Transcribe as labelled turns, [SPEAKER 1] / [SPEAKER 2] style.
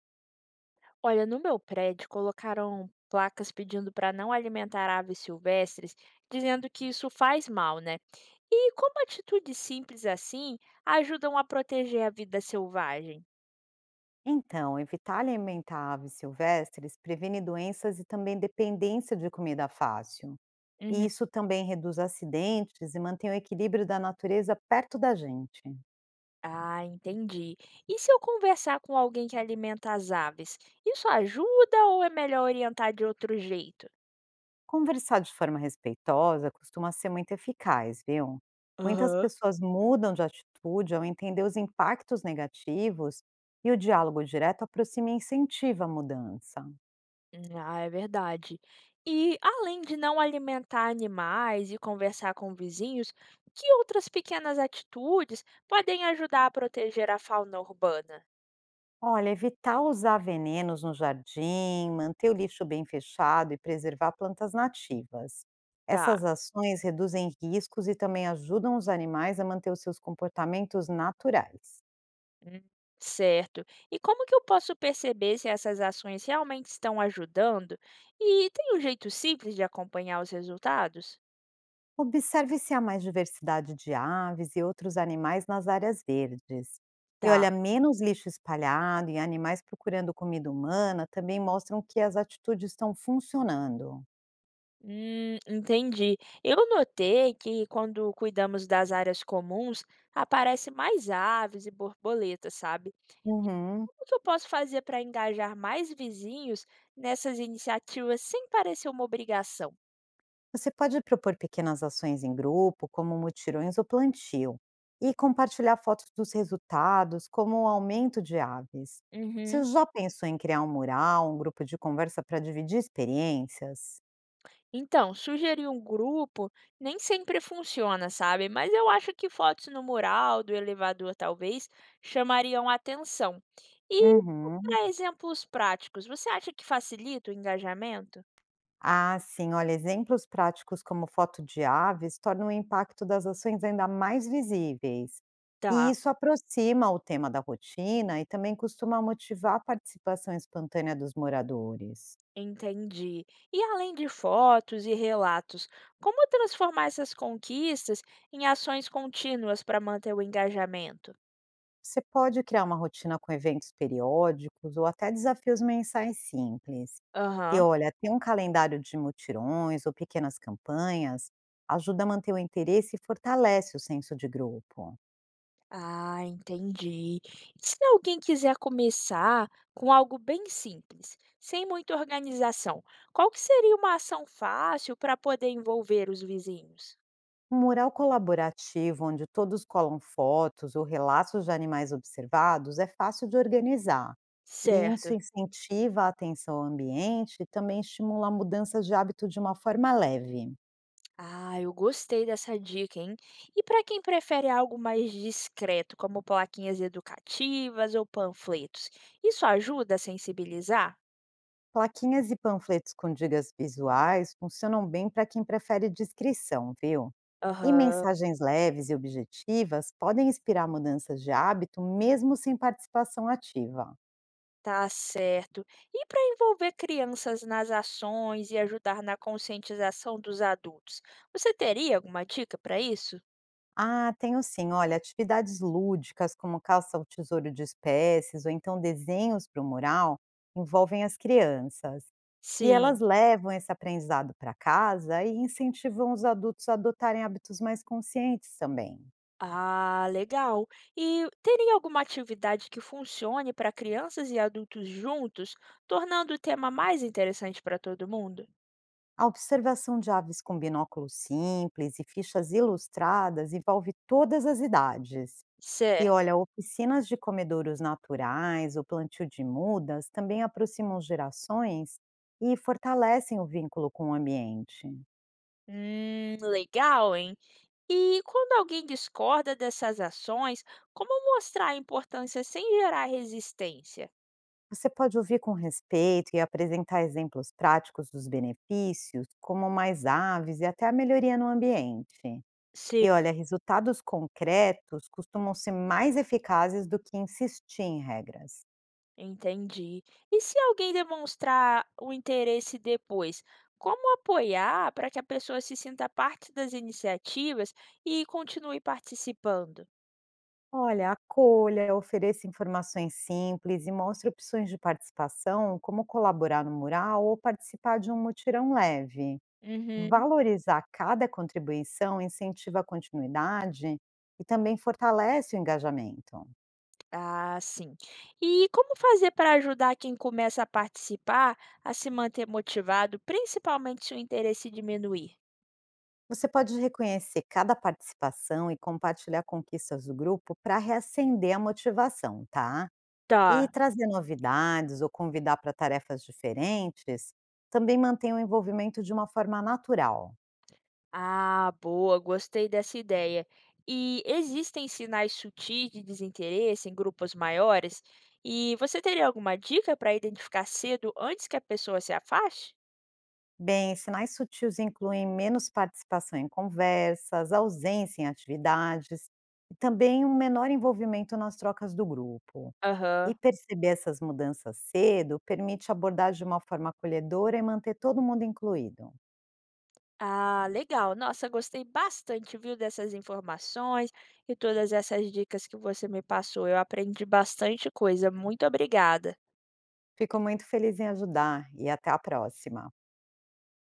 [SPEAKER 1] Olha, no meu prédio colocaram placas pedindo para não alimentar aves silvestres, dizendo que isso faz mal, né? E como atitudes simples assim ajudam a proteger a vida selvagem?
[SPEAKER 2] Então, evitar alimentar aves silvestres previne doenças e também dependência de comida fácil. E
[SPEAKER 1] Uhum.
[SPEAKER 2] isso também reduz acidentes e mantém o equilíbrio da natureza perto da gente.
[SPEAKER 1] Ah, entendi. E se eu conversar com alguém que alimenta as aves, isso ajuda ou é melhor orientar de outro jeito?
[SPEAKER 2] Conversar de forma respeitosa costuma ser muito eficaz, viu? Muitas
[SPEAKER 1] Aham.
[SPEAKER 2] pessoas mudam de atitude ao entender os impactos negativos e o diálogo direto aproxima e incentiva a mudança.
[SPEAKER 1] Ah, é verdade. E além de não alimentar animais e conversar com vizinhos, que outras pequenas atitudes podem ajudar a proteger a fauna urbana?
[SPEAKER 2] Olha, evitar usar venenos no jardim, manter o lixo bem fechado e preservar plantas nativas.
[SPEAKER 1] Tá,
[SPEAKER 2] Essas ações reduzem riscos e também ajudam os animais a manter os seus comportamentos naturais.
[SPEAKER 1] hum, certo. E como que eu posso perceber se essas ações realmente estão ajudando? E tem um jeito simples de acompanhar os resultados?
[SPEAKER 2] Observe se há mais diversidade de aves e outros animais nas áreas verdes. E olha,
[SPEAKER 1] Tá.
[SPEAKER 2] menos lixo espalhado e animais procurando comida humana também mostram que as atitudes estão funcionando.
[SPEAKER 1] Entendi. Eu notei que quando cuidamos das áreas comuns, aparecem mais aves e borboletas, sabe?
[SPEAKER 2] Uhum.
[SPEAKER 1] O que eu posso fazer para engajar mais vizinhos nessas iniciativas sem parecer uma obrigação?
[SPEAKER 2] Você pode propor pequenas ações em grupo, como mutirões ou plantio, e compartilhar fotos dos resultados, como o aumento de aves. Você
[SPEAKER 1] Uhum.
[SPEAKER 2] já pensou em criar um mural, um grupo de conversa para dividir experiências?
[SPEAKER 1] Então, sugerir um grupo nem sempre funciona, sabe? Mas eu acho que fotos no mural, do elevador, talvez, chamariam a atenção. E
[SPEAKER 2] Uhum.
[SPEAKER 1] para exemplos práticos, você acha que facilita o engajamento?
[SPEAKER 2] Ah, sim, olha, exemplos práticos como foto de aves tornam o impacto das ações ainda mais visíveis. E
[SPEAKER 1] Tá.
[SPEAKER 2] isso aproxima o tema da rotina e também costuma motivar a participação espontânea dos moradores.
[SPEAKER 1] Entendi. E além de fotos e relatos, como transformar essas conquistas em ações contínuas para manter o engajamento?
[SPEAKER 2] Você pode criar uma rotina com eventos periódicos ou até desafios mensais simples. E
[SPEAKER 1] Aham.
[SPEAKER 2] olha, ter um calendário de mutirões ou pequenas campanhas ajuda a manter o interesse e fortalece o senso de grupo.
[SPEAKER 1] Ah, entendi. E se alguém quiser começar com algo bem simples, sem muita organização, qual que seria uma ação fácil para poder envolver os vizinhos?
[SPEAKER 2] Um mural colaborativo onde todos colam fotos ou relatos de animais observados é fácil de organizar. E isso
[SPEAKER 1] Certo.
[SPEAKER 2] incentiva a atenção ao ambiente e também estimula mudanças de hábito de uma forma leve.
[SPEAKER 1] Ah, eu gostei dessa dica, hein? E para quem prefere algo mais discreto, como plaquinhas educativas ou panfletos, isso ajuda a sensibilizar?
[SPEAKER 2] Plaquinhas e panfletos com dicas visuais funcionam bem para quem prefere discrição, viu? E
[SPEAKER 1] Aham,
[SPEAKER 2] mensagens leves e objetivas podem inspirar mudanças de hábito mesmo sem participação ativa.
[SPEAKER 1] tá certo. E para envolver crianças nas ações e ajudar na conscientização dos adultos, você teria alguma dica para isso?
[SPEAKER 2] Ah, tenho sim, olha, atividades lúdicas como caça ao tesouro de espécies ou então desenhos para o mural envolvem as crianças. E elas
[SPEAKER 1] Sim.
[SPEAKER 2] levam esse aprendizado para casa e incentivam os adultos a adotarem hábitos mais conscientes também.
[SPEAKER 1] Ah, legal. E teria alguma atividade que funcione para crianças e adultos juntos, tornando o tema mais interessante para todo mundo?
[SPEAKER 2] A observação de aves com binóculos simples e fichas ilustradas envolve todas as idades. E
[SPEAKER 1] Certo.
[SPEAKER 2] olha, oficinas de comedouros naturais, o plantio de mudas também aproximam gerações e fortalecem o vínculo com o ambiente.
[SPEAKER 1] Legal, hein? E quando alguém discorda dessas ações, como mostrar a importância sem gerar resistência?
[SPEAKER 2] Você pode ouvir com respeito e apresentar exemplos práticos dos benefícios, como mais aves e até a melhoria no ambiente.
[SPEAKER 1] Sim.
[SPEAKER 2] E olha, resultados concretos costumam ser mais eficazes do que insistir em regras.
[SPEAKER 1] Entendi. E se alguém demonstrar o interesse depois, como apoiar para que a pessoa se sinta parte das iniciativas e continue participando?
[SPEAKER 2] Olha, acolha, ofereça informações simples e mostre opções de participação, como colaborar no mural ou participar de um mutirão leve.
[SPEAKER 1] Uhum.
[SPEAKER 2] Valorizar cada contribuição incentiva a continuidade e também fortalece o engajamento.
[SPEAKER 1] Ah, sim. E como fazer para ajudar quem começa a participar a se manter motivado, principalmente se o interesse diminuir?
[SPEAKER 2] Você pode reconhecer cada participação e compartilhar conquistas do grupo para reacender a motivação, tá? E
[SPEAKER 1] Tá.
[SPEAKER 2] trazer novidades ou convidar para tarefas diferentes também mantém o envolvimento de uma forma natural.
[SPEAKER 1] Ah, boa, gostei dessa ideia. E existem sinais sutis de desinteresse em grupos maiores? E você teria alguma dica para identificar cedo antes que a pessoa se afaste?
[SPEAKER 2] Bem, sinais sutis incluem menos participação em conversas, ausência em atividades e também um menor envolvimento nas trocas do grupo.
[SPEAKER 1] Aham.
[SPEAKER 2] E perceber essas mudanças cedo permite abordar de uma forma acolhedora e manter todo mundo incluído.
[SPEAKER 1] Ah, legal. Nossa, gostei bastante, viu, dessas informações e todas essas dicas que você me passou. Eu aprendi bastante coisa. Muito obrigada.
[SPEAKER 2] Fico muito feliz em ajudar e até a próxima.